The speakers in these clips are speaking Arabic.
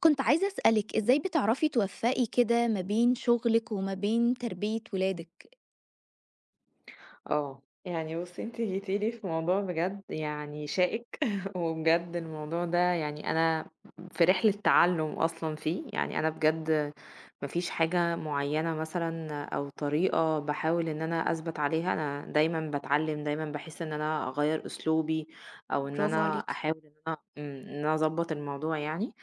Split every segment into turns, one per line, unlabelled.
كنت عايزة أسألِك إزاي بتعرفي توفّقي كده ما بين شغلِك وما بين تربية ولادِك؟
آه، يعني بُصّي أنتِ جيتِ لي في موضوع بجد يعني شائك وبجد الموضوع ده يعني أنا في رحلة تعلُّم أصلًا فيه، يعني أنا بجد ما فيش حاجة معيّنة مثلًا أو طريقة باحاول إن أنا أثبت عليها، أنا دايمًا باتعلّم، دايمًا باحس إن أنا أغيّر أسلوبي أو إن
برافو
أنا
عليكِ.
أحاول إن أنا أضبّط الموضوع يعني.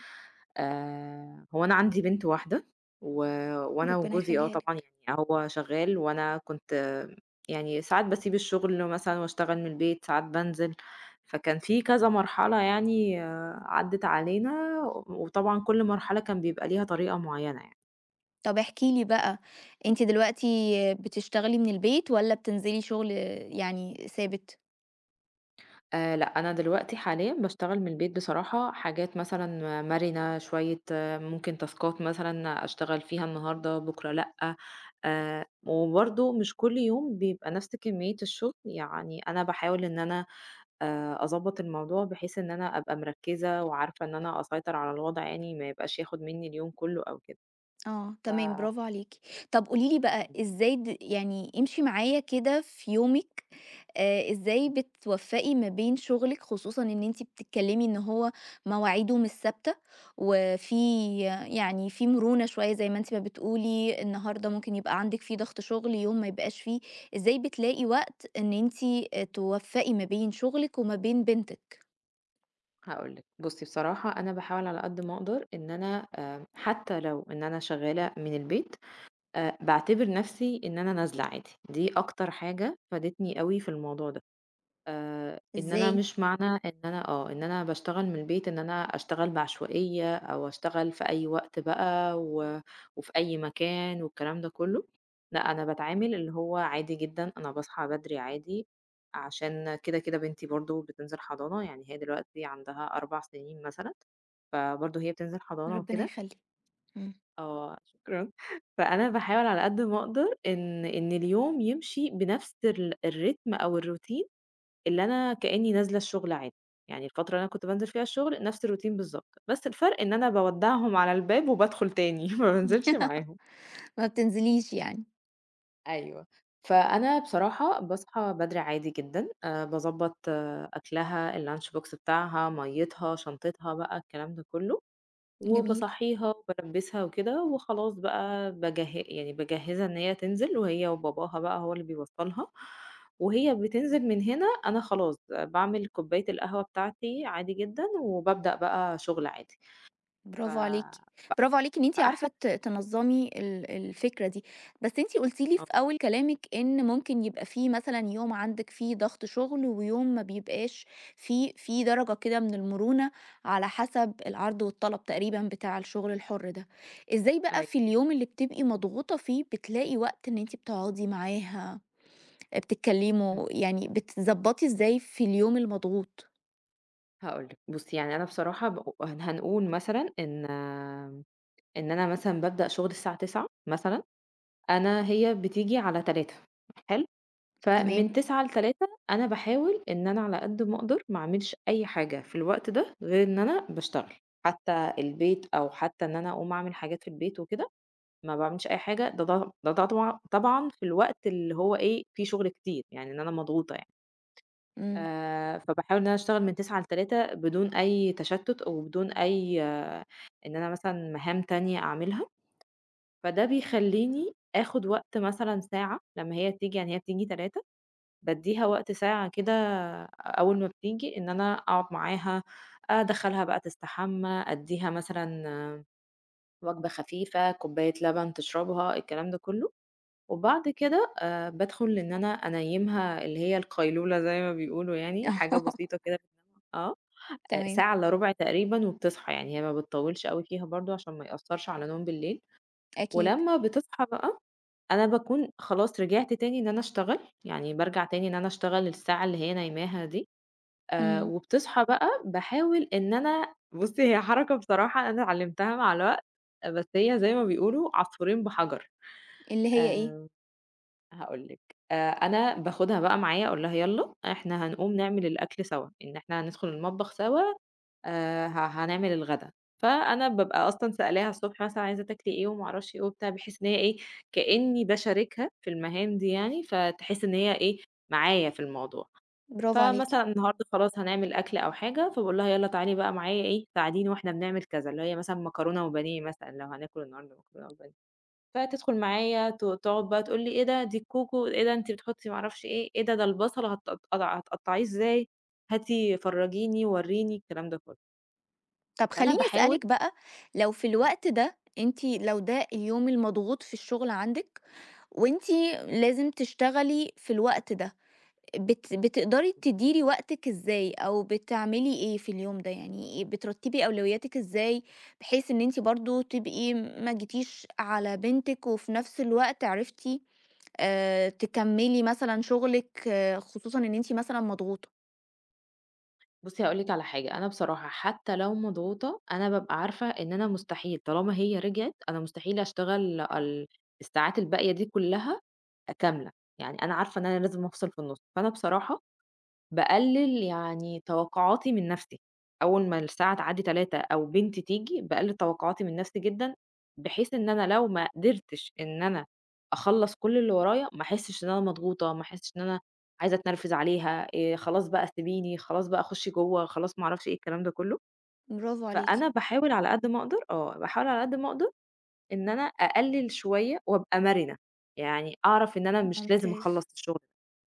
هو أنا عندي بنت واحدة و وأنا
ربنا
وجوزي آه
يخلّيها
طبعًا،
لِك.
يعني هو شغّال وأنا كنت يعني ساعات باسيب الشغل مثلًا واشتغل من البيت، ساعات بانزل، فكان في كذا مرحلة يعني آه، عدِّت علينا، وطبعًا كل مرحلة كان بيبقى ليها طريقة معيّنة يعني.
طَب احكي لي بقى، أنتِ دلوقتي بتشتغلي من البيت والّا بتنزلي شغل يعني ثابت؟
لأ، أنا دلوقتي حاليًا باشتغل من البيت بصراحة، حاجات مثلًا مرِنة شوية، آه، ممكن تاسكات مثلًا أشتغل فيها النهارده، بُكرة لأ. وبرضه مش كل يوم بيبقى نفس كمية الشغل، يعني أنا باحاول إن أنا أضبّط الموضوع بحيث إن أنا أبقى مركّزة وعارفة إن أنا أسيطر على الوضع يعني ما يبقاش ياخُد منّي اليوم كُلّه أو كده.
آه،
ف
تمام، برافو عليكِ. طب قولي لي بقى إزاي يعني امشي معايا كده في يومِك، إزاي بتوفّقي ما بين شغلِك، خصوصًا إن أنتِ بتتكلّمي إن هو مواعيده مش ثابتة، وفي يعني في مرونة شوية زي ما أنتِ ما بتقولي، النهارده ممكن يبقى عندِك في ضغط شغل، يوم ما يبقاش فيه، إزاي بتلاقي وقت إن أنتِ توفّقي ما بين شغلِك وما بين بنتِك؟
هاقول لِك، بُصّي بصراحة أنا باحاول على قد ما أقدر إن أنا حتّى لو إن أنا شغّالة من البيت، باعتبر نَفْسي إن أنا نازلة عادي، دي أكتر حاجة فادتني أوي في الموضوع ده. إن أنا
إزاي؟
مش معنى إن أنا آه، إن أنا باشتغل من البيت إن أنا أشتغل بعشوائية أو أشتغل في أي وقت بقى وفي أي مكان والكلام ده كُلّه، لأ أنا باتعامل اللي هو عادي جدًا، أنا باصحى بدري عادي، عشان كده، كده بنتي برضه بتنزل حضانة، يعني هي دلوقتي عندها 4 سنين مثلًا، فبرضه هي بتنزل حضانة
ربنا
وكده.
يخلّيك. إمم.
آه، شكرًا. فأنا باحاول على قد ما أقدر إن اليوم يمشي بنفس الريتم أو الroutine اللي أنا كإنّي نازلة الشغل عادي، يعني الفترة اللي أنا كنت بانزل فيها الشغل نفْس الروتين بالضبط، بس الفرْق إن أنا باودّعهم على الباب وبادخُل تاني ما بانزلش معاهم.
ما بتنزليش يعني.
أيوه. فأنا بصراحة باصحى بدري عادي جدًا، باضبّط أكلها الlunch box بتاعها، مَيّتها، شنطتها بقى الكلام ده كلّه.
جميل.
وباصحّيها وبالبّسها وكده، وخلاص بقى باجهّزها إن هي تنزل وهي وباباها بقى هو اللي بيوصّلها، وهي بتنزل من هنا أنا خلاص باعمل كوباية القهوة بتاعتي عادي جدًا، وبابدأ بقى شغل عادي. ف
برافو عليكِ، برافو عليكِ إن أنتِ
فأحسن
عارفة تنظّمي الفكرة دي، بس أنتِ قُلتِ لي في
آه،
أول كلامِك إن ممكن يبقى في مثلًا يوم عندِك فيه ضغط شغل، ويوم ما بيبقاش فيه، في درجة كده من المرونة على حسب العرض والطلب تقريبًا بتاع الشغل الحُر ده، إزاي بقى في
أيوه،
اليوم اللي بتبقي مضغوطة فيه بتلاقي وقت إن أنتِ بتقعدي معاها،
إمم،
بتتكلموا، يعني بتضبّطي إزاي في اليوم المضغوط؟
هاقول لِك، بُصّي يعني أنا بصراحة ب هن هنقول مثلًا إن أنا مثلًا بابدأ شغل الساعة 09:00 مثلًا، أنا هي بتيجي على 15:00 حلو؟
تمام.
فمن 09:00 ل15:00 أنا باحاول إن أنا على قد ما أقدر ما أعملش أي حاجة في الوقت ده، غير إن أنا باشتغل، حتى البيت أو حتى إن أنا أقوم أعمل حاجات في البيت وكده، ما باعملش أي حاجة ده طبعًا طبعًا في الوقت اللي هو إيه، فيه شغل كتير، يعني إن أنا مضغوطة يعني.
إمم.
فباحاول إن أنا أشتغل من 09:00 ل15:00 بدون أي تشتت أو بدون أي آه، إن أنا مثلًا مهام تانية أعملها، فده بيخلّيني آخد وقت مثلًا ساعة لمّا هي تيجي، يعني هي بتيجي 15:00. بادّيها وقت ساعة كده أول ما بتيجي إن أنا أقعد معاها، أدخّلها بقى تستحمى، أدّيها مثلًا وجبة خفيفة، كوباية لبن تشربها، الكلام ده كلّه، وبعد كده بادخل إن أنا أنيّمها اللي هي القيلولة زي ما بيقولوا يعني، حاجة
آه،
بسيطة كده بتنام آه،
تمام.
ساعة إلّا ربع تقريبًا وبتصحى، يعني هي ما بتطوّلش أوي فيها برضه عشان ما يأثّرش على نوم بالليل.
أكيد.
ولمّا بتصحى بقى، أنا باكون خلاص رجعت تاني إن أنا أشتغل، يعني بارجع تاني إن أنا أشتغل الساعة اللي هي نايماها دي.
إمم.
وبتصحى بقى باحاول إن أنا بُصّي هي حركة بصراحة أنا اتعلمتها مع الوقت، آه، بس هي زي ما بيقولوا عصفورين بحجر.
اللي هي إيه؟
آآ هاقول لِك، أنا باخدها بقى معايا أقول لها يالّا إحنا هنقوم نعمل الأكل سوا، إن إحنا هندخل المطبخ سوا ه هنعمل الغدا، فأنا بابقى أصلًا سألاها الصبح مثلًا عايزة تاكلي إيه وما أعرفش إيه وبتاع، بحيث إن هي إيه، كإني باشاركها في المهام دي يعني، فتحس إن هي إيه، معايا في الموضوع.
برافو عليكِ.
فمثلًا النهارده خلاص هنعمل أكل أو حاجة، فباقول لها يالّا تعالي بقى معايا إيه، ساعديني وإحنا بنعمل كذا، اللي هي مثلًا مكرونة وبانيه مثلًا لو هناكل النهارده مكرونة وبانيه، فتدخل معايا تقعد بقى تقول لي: "إيه ده، دي الكوكو، إيه ده أنتِ بتحطي ما أعرفش إيه، إيه ده، ده البصل هتقطعيه إزاي، هاتي فرجيني، وريني." الكلام ده كله.
طب
فأنا
خلّيني
باحاول.
أسألِك بقى، لو في الوقت ده أنتِ، لو ده اليوم المضغوط في الشغل عندِك، وأنتِ لازم تشتغلي في الوقت ده، بتقدري
إمم.
تديري وقتِك إزاي، أو بتعملي إيه في اليوم ده؟ يعني إيه- بترتّبي أولوياتِك إزاي، بحيث إن أنتِ برضه تبقي ما جيتيش على بنتِك، وفي نفس الوقت عرفتِ تكمّلي مثلًا شغلِك، آه، خصوصًا إن أنتِ مثلًا مضغوطة؟
بُصّي، هاقول لِك على حاجة، أنا بصراحة حتى لو مضغوطة، أنا بابقى عارفة إن أنا مستحيل طالما هي رجعت، أنا مستحيل أشتغل الساعات الباقية دي كلّها كاملة، يعني أنا عارفة إن أنا لازم أفصل في النُص، فأنا بصراحة باقلل يعني توقعاتي من نفسي، أول ما الساعة تعدّي 15:00 أو بنتي تيجي، باقلل توقعاتي من نفسي جدًا، بحيث إن أنا لو ما قدرتش إن أنا أخلّص كل اللي ورايا، ما أحسّش إن أنا مضغوطة، ما أحسّش إن أنا عايزة أتنرفز عليها. خلاص بقى سيبيني، خلاص بقى خُشّي جوّه، خلاص ما أعرفش إيه، الكلام ده كلّه.
برافو عليكِ.
فأنا باحاول على قد ما أقدر آه، باحاول على قد ما أقدر إن أنا أقلل شوية وأبقى مرنة، يعني أعرف إن أنا مش لازم
ممتاز.
أخلّص الشغل،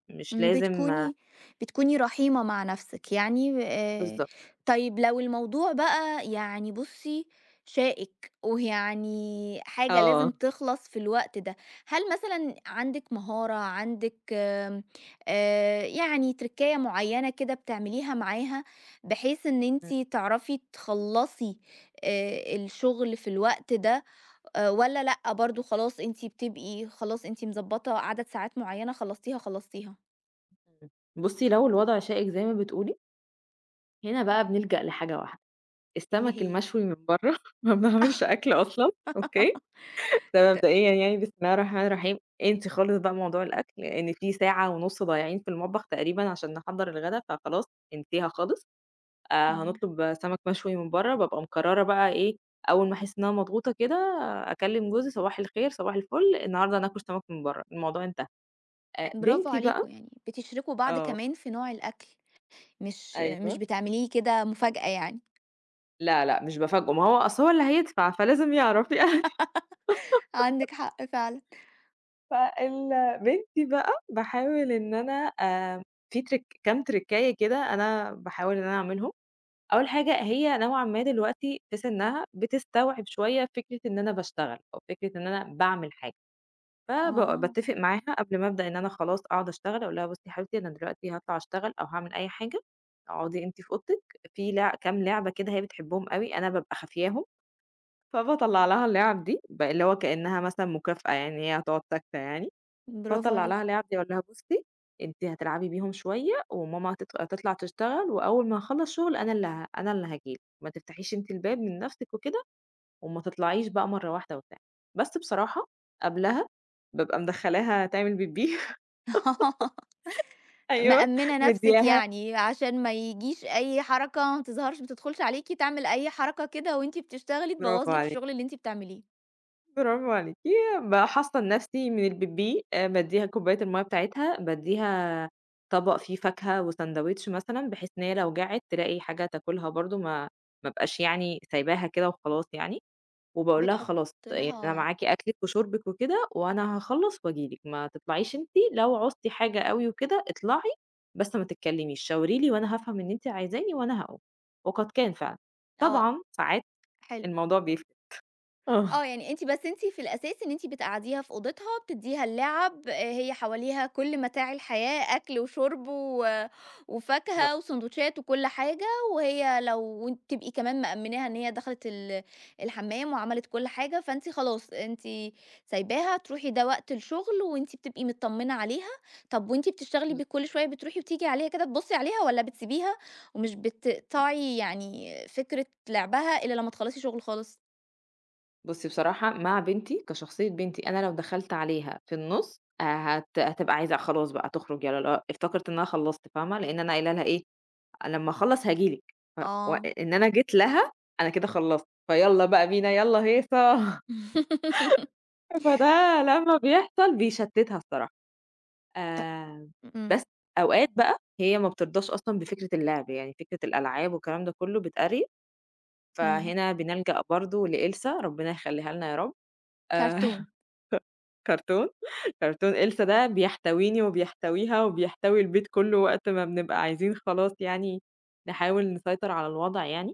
مش
إمم.
لازم.
بتكوني، بتكوني رحيمة مع نَفْسِك، يعني
بالضبط.
طيب لو الموضوع بقى يعني بُصّي شائِك، ويعني حاجة لازم
آه.
تخلص في الوقت ده، هل مثلًا عندِك مهارة، عندِك آمم يعني تركاية معيّنة كده بتعمليها معاها، بحيث إن أنتِ
إمم.
تعرفي تخلّصي الشغل في الوقت ده، والّا لأ، برضه خلاص أنتِ بتبقي خلاص أنتِ مضبّطة عدد ساعات معيّنة خلّصتيها، خلّصتيها؟
إمم. بُصّي، لو الوضع شائك زي ما بتقولي، هنا بقى بنلجأ لحاجة واحدة،
اللي
السمك
هي
المشوي من برّه ما بنعملش أكل أصلًا، أوكي، ده
ت
مبدئيًا يعني بسم الله الرحمن الرحيم، انسي خالص بقى موضوع الأكل، لإن في ساعة ونُص ضايعين في المطبخ تقريبًا عشان نحضّر الغدا، فخلاص انسيها خالص.
إمم.
هنطلب سمك مشوي من برّه، بابقى مقررة بقى إيه، أول ما أحس إن أنا مضغوطة كده أكلم جوزي صباح الخير، صباح الفل، النهارده هناكل سمك من برّه، الموضوع انتهى.
برافو
بنتي بقى
عليكم، يعني بتشركوا بعض
آه،
كمان في نوع الأكل، مش، مش
أيوه.
بتعمليه كده مفاجأة يعني.
لا، لأ، مش بافاجئه، ما هو أصل هو اللي هيدفع فلازم يعرف يعني.
عندِك حق فعلًا.
فال بنتي بقى باحاول إن أنا في تريك كام تريكاية كده أنا باحاول إن أنا أعملهم، أول حاجة هي نوعًا ما دلوقتي في سنها بتستوعب شوية فكرة إن أنا باشتغل أو فكرة إن أنا باعمل حاجة، فب
آه،
باتفق معاها قبل ما أبدأ إن أنا خلاص أقعد أشتغل، أقول لها: "بُصّي يا حبيبتي أنا دلوقتي هاطلع أشتغل أو هاعمل أي حاجة، اقعدي أنتِ في أوضتِك." في كام لعبة كده هي بتحبهم أوي أنا بابقى خافياهم، فباطلّع لها اللعَب دي، اللي هو كإنّها مثلًا مكافأة يعني هي هتقعد ساكتة يعني،
برافو
فاطلّع
عليكِ.
لها اللعَب دي أقول لها بُصّي أنتِ هتلعبي بيهم شوية وماما هتطلع تشتغل وأول ما هاخلّص شُغل أنا اللي هاجي لِك، ما تفتحيش أنتِ الباب من نَفْسِك وكده وما تطلعيش بقى مرّة واحدة وبتاع. بس بصراحة قبلها بابقى مدخّلاها تعمل بيبي. أيوه،
مأمِّنة نفسِك
مدّياها
يعني عشان ما يجيش أي حركة، ما تظهرش ما تدخلش عليكِ تعمل أي حركة كده وأنتِ بتشتغلي تبوّظ
برافو
لِك
عليكِ،
الشغل اللي أنتِ بتعمليه،
برافو عليكِ، باحصّن نَفْسي من البِبّيق. بادّيها كوباية المَيّة بتاعتها، بادّيها طبق فيه فاكهة وساندوتش مثلًا، بحيث إن هي لو جعِت تلاقي حاجة تاكلها برضه، ما أبقاش يعني سايباها كده وخلاص يعني، وباقول لها
بتحطي
خلاص يعني أنا
لها.
معاكِ أكلِك وشُربِك وكده، وأنا هاخلّص وآجي لِك، ما تطلعيش أنتِ، لو عُزتِ حاجة أوي وكده اطلعي، بس ما تتكلّميش، شاوري لي وأنا هافهم إن أنتِ عايزاني وأنا هاقوم، وقد كان فعلًا.
آه،
طبعًا ساعات
حلو.
الموضوع بيفرق. آه.
آه، يعني أنتِ، بس أنتِ في الأساس إن أنتِ بتقعّديها في أوضتها، بتدّيها اللعب، هي حواليها كل متاع الحياة، أكل وشرب و وفاكهة
بالضبط.
وسندوتشات وكل حاجة، وهي لو وأنتِ تبقي كمان مأمِّناها إن هي دخلت الحمّام وعملت كل حاجة، فأنتِ خلاص أنتِ سايباها تروحي، ده وقت الشغل وأنتِ بتبقي متطمنة عليها. طَب وأنتِ بتشتغلي كل شوية بتروحي وتيجي عليها كده تبُصّي عليها والّا بتسيبيها ومش بتقطعي يعني فكرة لعبها إلا لمّا تخلّصي شغل خالص؟
بُصّي بصراحة مع بنتي، كشخصية بنتي أنا لو دخلت عليها في النُص آه، هتبقى عايزة خلاص بقى تخرج يالّا لا افتكرت إن أنا خلّصت فاهمة، لإن أنا قايله لها إيه، لمّا أخلّص هاجي لِك. ف و
آه.
إن أنا جيت لها أنا كده خلّصت، فيالّا بقى بينا يالّا هيصة. فده لمّا بيحصل بيشتتها الصراحة.
ط
آآ،
إمم.
بس أوقات بقى هي ما بترضاش أصلًا بفكرة اللعب، يعني فكرة الألعاب والكلام ده كلّه بتأرّي،
إمم.
فهنا بنلجأ برضه لإلسا ربنا يخلّيها لنا يا رب. آآ
كرتون.
كرتون، كرتون إلسا ده بيحتويني وبيحتويها وبيحتوي البيت كلّه وقت ما بنبقى عايزين خلاص يعني نحاول نسيطر على الوضع يعني،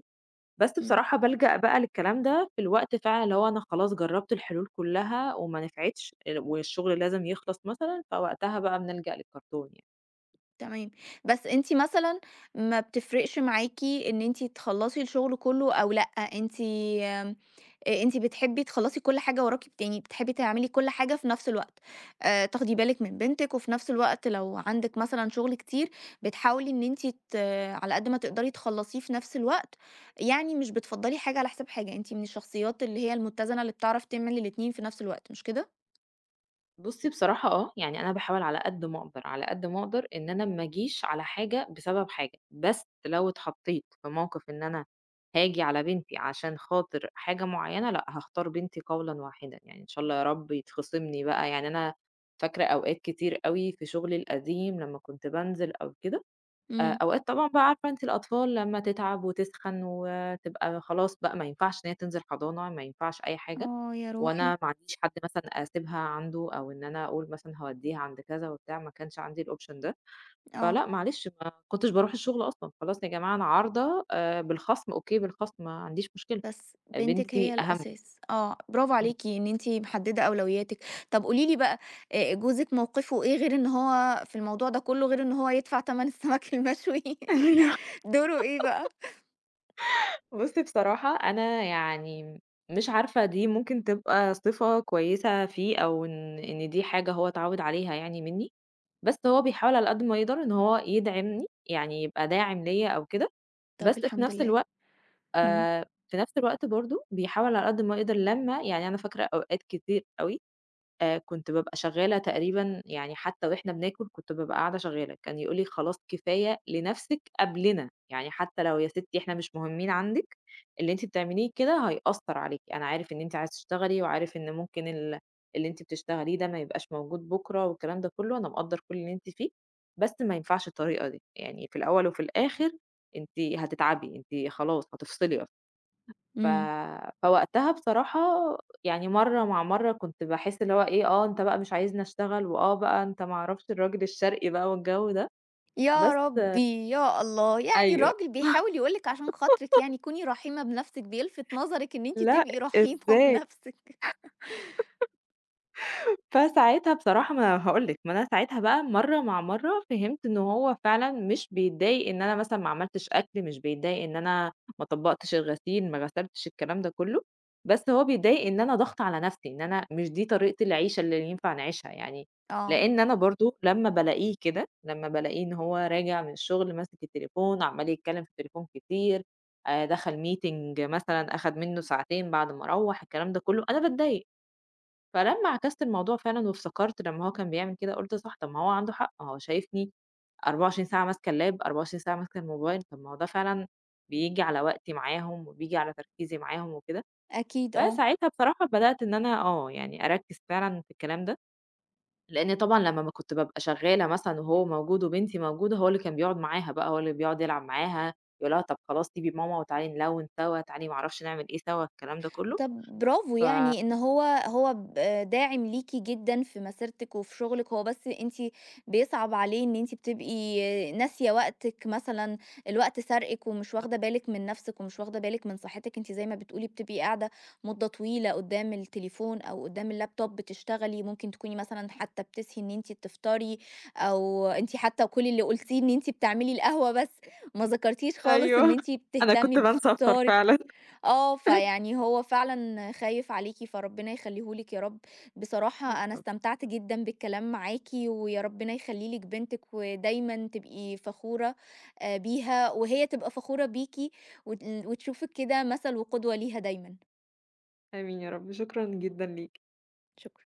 بس
إمم،
بصراحة بالجأ بقى للكلام ده في الوقت فعلًا اللي هو أنا خلاص جرّبت الحلول كلّها وما نفعتش، والشغل لازم يخلص مثلًا، فوقتها بقى بنلجأ للكرتون يعني.
تمام. بس أنتِ مثلًا ما بتفرقش معاكِ إن أنتِ تخلّصي الشغل كلّه أو لأ، أنتِ آمم، أنتِ بتحبي تخلّصي كل حاجة وراكِ يعني بتحبي تعملي كل حاجة في نفس الوقت، تاخدي بالِك من بنتِك وفي نفس الوقت لو عندِك مثلًا شغل كتير، بتحاولي إن أنتِ على قد ما تقدري تخلّصيه في نفس الوقت، يعني مش بتفضّلي حاجة على حساب حاجة، أنتِ من الشخصيات اللي هي المتزنة اللي بتعرف تعمل الاتنين في نفس الوقت، مش كده؟
بُصّي بصراحة آه، يعني أنا باحاول على قد ما أقدر، على قد ما أقدر إن أنا ما أجيش على حاجة بسبب حاجة، بس لو اتحطيت في موقف إن أنا هاجي على بنتي عشان خاطر حاجة معيّنة، لأ هاختار بنتي قولًا واحدًا، يعني إن شاء الله يا رب يتخصم لي بقى يعني أنا فاكرة أوقات كتير أوي في شغلي القديم لمّا كنت بانزل أو كده.
إمم.
أوقات طبعًا بقى عارفة أنتِ الأطفال لمّا تتعب وتسخن وتبقى خلاص بقى ما ينفعش إن هي تنزل حضانة، ما ينفعش أي حاجة،
آه، يا روحي!
وأنا ما عنديش حد مثلًا أسيبها عنده أو إن أنا أقول مثلًا هاودّيها عند كذا وبتاع، ما كانش عندي الoption ده،
آه،
فلأ معلش ما كنتش باروح الشغل أصلًا، خلاص يا جماعة أنا عارضة بالخصم أوكي بالخصم ما عنديش مشكلة.
بس
آه،
بنتِك هي
بنتي أهم يعني.
الأساس. آه، برافو
إمم.
عليكِ إن أنتِ محددة أولوياتِك. طب قولي لي بقى، جوزِك موقفه إيه غير إن هو في الموضوع ده كله، غير إن هو يدفع تمن السمك المشوي
أيوه.
دوره إيه بقى؟
بُصّي بصراحة أنا يعني مش عارفة دي ممكن تبقى صفة كويسة فيه أو إن دي حاجة هو اتعوّد عليها يعني منّي، بس هو بيحاول على قد ما يقدر إن هو يدعمني، يعني يبقى داعم ليّا أو كده،
طب
بس في
الحمد
نفس
لله.
الوقت.
إمم.
آآ في نفس الوقت برضه بيحاول على قد ما يقدر لمّا يعني أنا فاكرة أوقات كتير أوي. كنت بابقى شغّالة تقريبًا يعني حتى وإحنا بناكل كنت بابقى قاعدة شغّالة، كان يقول لي: "خلاص كفاية لنفسِك قبلنا، يعني حتى لو يا ستي إحنا مش مهمين عندِك، اللي أنتِ بتعمليه كده هيأثّر عليكِ، أنا عارف إن أنتِ عايزة تشتغلي وعارف إن ممكن اللي أنتِ بتشتغليه ده ما يبقاش موجود بُكرة والكلام ده كُلّه، أنا مقدّر كل اللي أنتِ فيه، بس ما ينفعش الطريقة دي، يعني في الأول وفي الآخر أنتِ هتتعبي، أنتِ خلاص هتفصلي أصلًا." ف
إمم.
فوقتها بصراحة يعني مرّة مع مرّة كنت باحس اللي هو إيه، آه، أنت بقى مش عايزني أشتغل، وآه بقى أنت ما أعرفش الراجل الشرقي بقى والجو ده،
يا
بس
ربي، يا الله! يعني
أيوه،
الراجل بيحاول يقول لِك عشان خاطرِك يعني كوني رحيمة بنفسِك، بيلفت نظرِك إن أنتِ
لأ
تبقي رحيمة
إزاي!
بنفسِك.
فساعتها بصراحة ما أنا هاقول لِك، ما أنا ساعتها بقى مرّة مع مرّة فهمت إن هو فعلًا مش بيتضايق إن أنا مثلًا ما عملتش أكل، مش بيتضايق إن أنا ما طبّقتش الغسيل، ما غسلتش، الكلام ده كلّه، بس هو بيتضايق إن أنا ضاغطة على نَفْسي، إن أنا مش دي طريقة العيشة اللي ينفع نعيشها يعني،
آه،
لإن أنا برضه لمّا بالاقيه كده، لمّا بالاقيه إن هو راجع من الشغل ماسك التليفون، عمّال يتكلّم في التليفون كتير. دخل meeting مثلًا أخَد منّه ساعتين بعد ما روّح، الكلام ده كلّه، أنا باتضايق. فلمّا عكست الموضوع فعلًا وافتكرت لمّا هو كان بيعمل كده، قُلت صح، طب ما هو عنده حق، هو شايفني 24 ساعة ماسكة اللاب، 24 ساعة ماسكة الموبايل، طب ما هو ده فعلًا بييجي على وقتي معاهم، وبييجي على تركيزي معاهم وكده.
أكيد، آه.
فساعتها بصراحة بدأت إن أنا آه، يعني أركّز فعلًا في الكلام ده، لإن طبعًا لمّا ما كنت بابقى شغالة مثلًا وهو موجود وبنتي موجودة، هو اللي كان بيقعد معاها بقى، هو اللي بيقعد يلعب معاها، يقول لها طب خلاص سيبي ماما وتعالي نلوّن سوا، تعالي ما أعرفش نعمل إيه سوا، الكلام ده كله.
طب برافو
ف
يعني إن هو، هو ب داعم ليكِ جدًا في مسيرتِك وفي شغلِك، هو بس أنتِ بيصعب عليه إن أنتِ بتبقي ناسية وقتِك مثلًا، الوقت سارقِك ومش واخدة بالِك من نَفْسِك ومش واخدة بالِك من صحتِك، أنتِ زي ما بتقولي بتبقي قاعدة مدة طويلة قدّام التليفون أو قدّام اللاب توب بتشتغلي، ممكن تكوني مثلًا حتى بتسهي إن أنتِ تفطري، أو أنتِ حتى كل اللي قُلتيه إن أنتِ بتعملي القهوة بس، ما ذكرتيش خالص إن
أيوه.
أنتِ
أنا
بتهتمي
كنت بانسى أفطر
بفطارِك.
فعلًا.
آه، فيعني هو فعلًا خايف عليكِ، فربنا يخلّيه لِك يا رب.
يا
بصراحة أنا
رب.
استمتعت جدًا بالكلام معاكِ، ويا ربنا يخلّي لِك بنتِك، ودايمًا تبقي فخورة بيها، وهي تبقى فخورة بيكِ، وتشوفِك كده مثل وقدوة ليها دايمًا.
آمين يا رب، شكرًا جدًا ليك.
شكرًا.